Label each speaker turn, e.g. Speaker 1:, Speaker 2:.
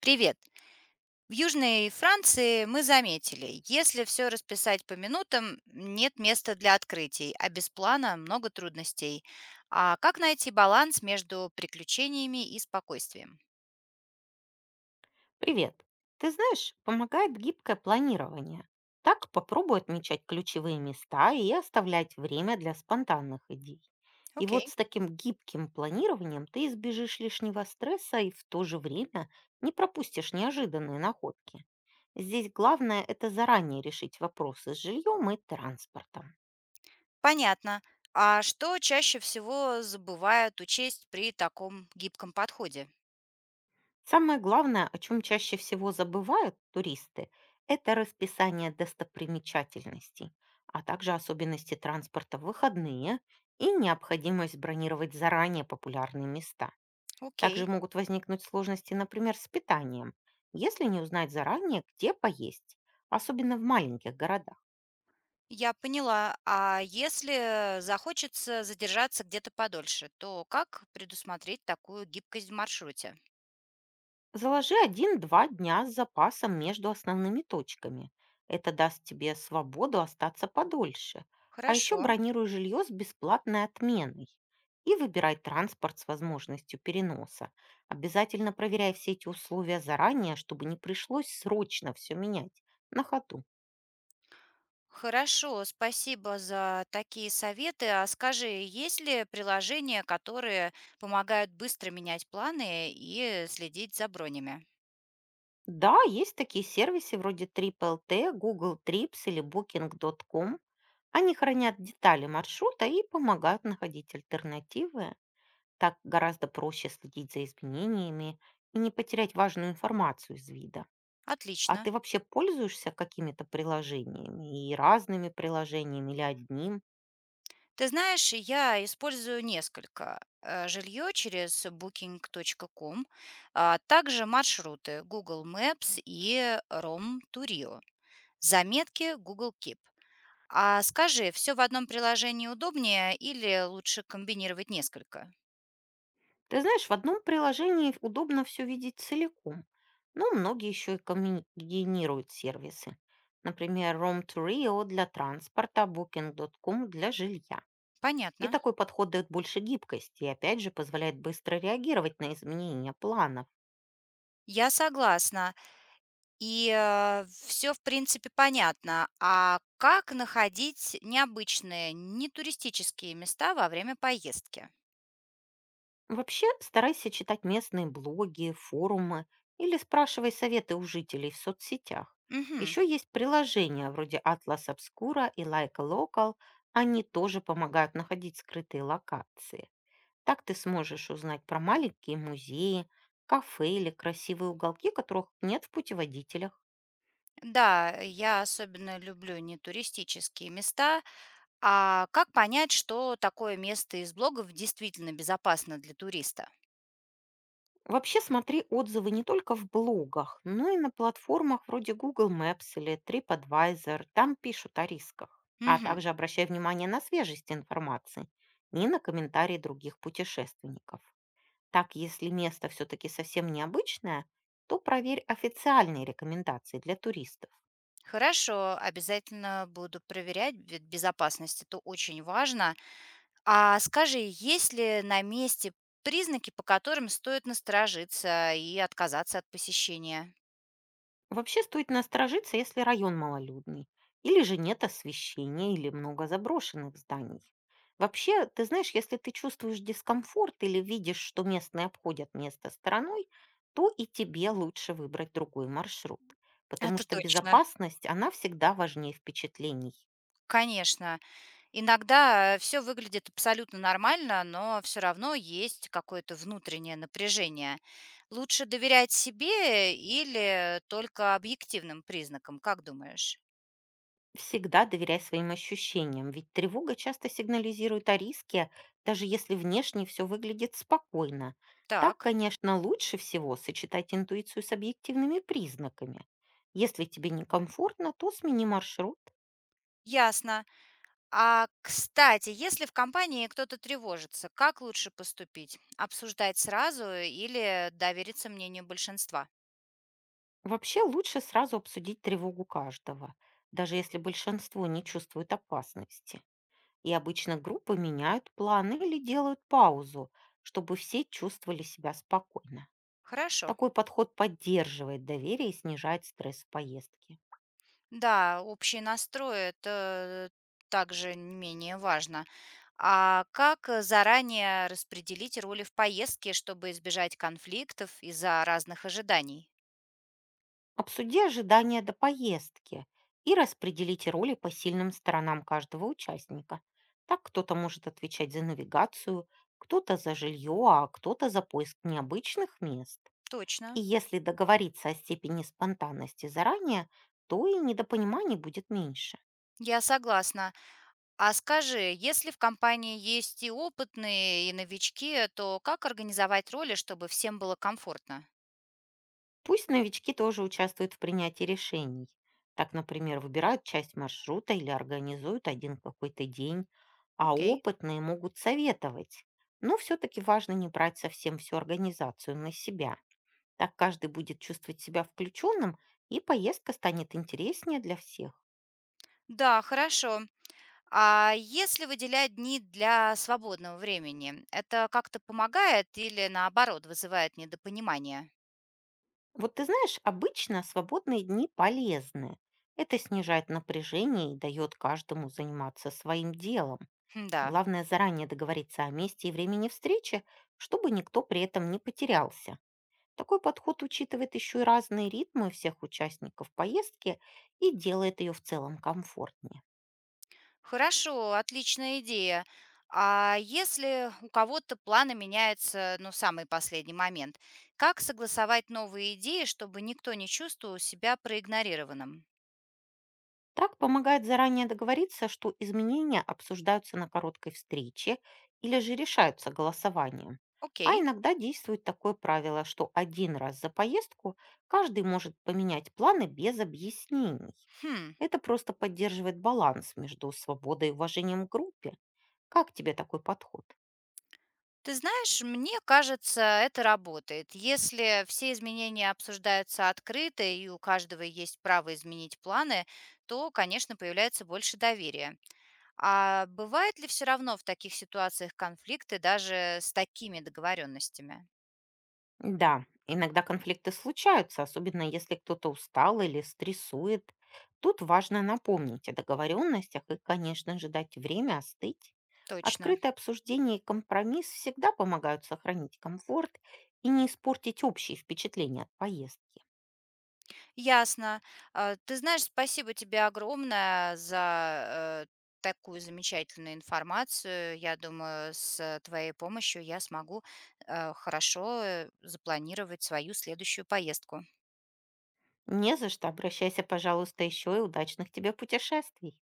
Speaker 1: Привет. В Южной Франции мы заметили, если все расписать по минутам, нет места для открытий, а без плана много трудностей. А как найти баланс между приключениями и спокойствием?
Speaker 2: Привет. Ты знаешь, помогает гибкое планирование. Так попробуй отмечать ключевые места и оставлять время для спонтанных идей. И вот
Speaker 1: Окей,
Speaker 2: с таким гибким планированием ты избежишь лишнего стресса и в то же время не пропустишь неожиданные находки. Здесь главное– это заранее решить вопросы с жильем и транспортом.
Speaker 1: понятно. А что чаще всего забывают учесть при таком гибком подходе?
Speaker 2: Самое главное, о чем чаще всего забывают туристы, это расписание достопримечательностей, а также особенности транспорта в выходные и необходимость бронировать заранее популярные места.
Speaker 1: Окей,
Speaker 2: Также могут возникнуть сложности, например, с питанием, если не узнать заранее, где поесть, особенно в маленьких городах.
Speaker 1: я поняла. А если захочется задержаться где-то подольше, то как предусмотреть такую гибкость в маршруте?
Speaker 2: Заложи один-два дня с запасом между основными точками. Это даст тебе свободу остаться подольше. А еще
Speaker 1: Хорошо.
Speaker 2: бронируй жилье с бесплатной отменой. И выбирай транспорт с возможностью переноса. Обязательно проверяй все эти условия заранее, чтобы не пришлось срочно все менять на ходу.
Speaker 1: Хорошо, спасибо за такие советы. А скажи, есть ли приложения, которые помогают быстро менять планы и следить за бронями?
Speaker 2: Да, есть такие сервисы вроде TripLT, Google Trips или Booking.com. Они хранят детали маршрута и помогают находить альтернативы. Так гораздо проще следить за изменениями и не потерять важную информацию из вида. А
Speaker 1: Отлично.
Speaker 2: ты вообще пользуешься какими-то приложениями и разными приложениями или одним?
Speaker 1: Ты знаешь, я использую несколько. Жилье через booking.com, а также маршруты Google Maps и Rom Turio, заметки Google Keep. А скажи, все в одном приложении удобнее или лучше комбинировать несколько?
Speaker 2: Ты знаешь, в одном приложении удобно все видеть целиком, но многие еще и комбинируют сервисы. Например, Roam to Rio для транспорта, Booking.com для жилья. И
Speaker 1: Понятно.
Speaker 2: такой подход дает больше гибкости и опять же позволяет быстро реагировать на изменения планов.
Speaker 1: Я согласна. И, все в принципе, понятно. А как находить необычные, нетуристические места во время поездки?
Speaker 2: Вообще, старайся читать местные блоги, форумы или спрашивай советы у жителей в соцсетях.
Speaker 1: Мгм.
Speaker 2: Еще есть приложения вроде Atlas Obscura и Like a Local. Они тоже помогают находить скрытые локации. Так ты сможешь узнать про маленькие музеи, кафе или красивые уголки, которых нет в путеводителях.
Speaker 1: Да, я особенно люблю нетуристические места. А как понять, что такое место из блогов действительно безопасно для туриста?
Speaker 2: Вообще смотри отзывы не только в блогах, но и на платформах вроде Google Maps или TripAdvisor. Там пишут о рисках. А
Speaker 1: Мгм.
Speaker 2: также обращай внимание на свежесть информации и на комментарии других путешественников. Так, если место все-таки совсем необычное, то проверь официальные рекомендации для туристов.
Speaker 1: Хорошо, обязательно буду проверять, ведь безопасность — это очень важно. А скажи, есть ли на месте признаки, по которым стоит насторожиться и отказаться от посещения?
Speaker 2: Вообще стоит насторожиться, если район малолюдный, или же нет освещения, или много заброшенных зданий. Вообще, ты знаешь, если ты чувствуешь дискомфорт или видишь, что местные обходят место стороной, то и тебе лучше выбрать другой маршрут, потому
Speaker 1: Это
Speaker 2: что
Speaker 1: точно.
Speaker 2: безопасность, она всегда важнее впечатлений.
Speaker 1: Конечно. Иногда все выглядит абсолютно нормально, но все равно есть какое-то внутреннее напряжение. Лучше доверять себе или только объективным признакам, как думаешь?
Speaker 2: Всегда доверяй своим ощущениям, ведь тревога часто сигнализирует о риске, даже если внешне все выглядит спокойно. Так,
Speaker 1: Так,
Speaker 2: конечно, лучше всего сочетать интуицию с объективными признаками. Если тебе некомфортно, то смени маршрут.
Speaker 1: ясно. А, кстати, если в компании кто-то тревожится, как лучше поступить? Обсуждать сразу или довериться мнению большинства?
Speaker 2: Вообще лучше сразу обсудить тревогу каждого, даже если большинство не чувствует опасности. И обычно группы меняют планы или делают паузу, чтобы все чувствовали себя спокойно.
Speaker 1: Хорошо.
Speaker 2: Такой подход поддерживает доверие и снижает стресс в поездке.
Speaker 1: Да, общий настрой — это также не менее важно. А как заранее распределить роли в поездке, чтобы избежать конфликтов из-за разных ожиданий?
Speaker 2: Обсуди ожидания до поездки и распределите роли по сильным сторонам каждого участника. Так кто-то может отвечать за навигацию, кто-то за жилье, а кто-то за поиск необычных мест. И
Speaker 1: Точно.
Speaker 2: если договориться о степени спонтанности заранее, то и недопониманий будет меньше.
Speaker 1: Я согласна. А скажи, если в компании есть и опытные, и новички, то как организовать роли, чтобы всем было комфортно?
Speaker 2: Пусть новички тоже участвуют в принятии решений. Так, например, выбирают часть маршрута или организуют один какой-то день, а
Speaker 1: Окей.
Speaker 2: опытные могут советовать. Но все-таки важно не брать совсем всю организацию на себя. Так каждый будет чувствовать себя включенным, и поездка станет интереснее для всех.
Speaker 1: Да, хорошо. А если выделять дни для свободного времени, это как-то помогает или наоборот вызывает недопонимание?
Speaker 2: Вот ты знаешь, обычно свободные дни полезны. Это снижает напряжение и дает каждому заниматься своим делом.
Speaker 1: Хм, да.
Speaker 2: Главное заранее договориться о месте и времени встречи, чтобы никто при этом не потерялся. Такой подход учитывает еще и разные ритмы всех участников поездки и делает ее в целом комфортнее.
Speaker 1: Хорошо, отличная идея. А если у кого-то планы меняются, ну, самый последний момент, как согласовать новые идеи, чтобы никто не чувствовал себя проигнорированным?
Speaker 2: Так помогает заранее договориться, что изменения обсуждаются на короткой встрече или же решаются голосованием. А
Speaker 1: Окей.
Speaker 2: иногда действует такое правило, что один раз за поездку каждый может поменять планы без объяснений.
Speaker 1: Хм.
Speaker 2: Это просто поддерживает баланс между свободой и уважением к группе. Как тебе такой подход?
Speaker 1: Ты знаешь, мне кажется, это работает. Если все изменения обсуждаются открыто и у каждого есть право изменить планы, то, конечно, появляется больше доверия. А бывает ли все равно в таких ситуациях конфликты даже с такими договоренностями?
Speaker 2: Да, иногда конфликты случаются, особенно если кто-то устал или стрессует. Тут важно напомнить о договоренностях и, конечно же, дать время остыть.
Speaker 1: Точно.
Speaker 2: Открытое обсуждение и компромисс всегда помогают сохранить комфорт и не испортить общие впечатления от поездки.
Speaker 1: Ясно. А, ты знаешь, спасибо тебе огромное за, такую замечательную информацию. Я думаю, с твоей помощью я смогу, хорошо, запланировать свою следующую поездку.
Speaker 2: Не за что, обращайся, пожалуйста, еще и удачных тебе путешествий.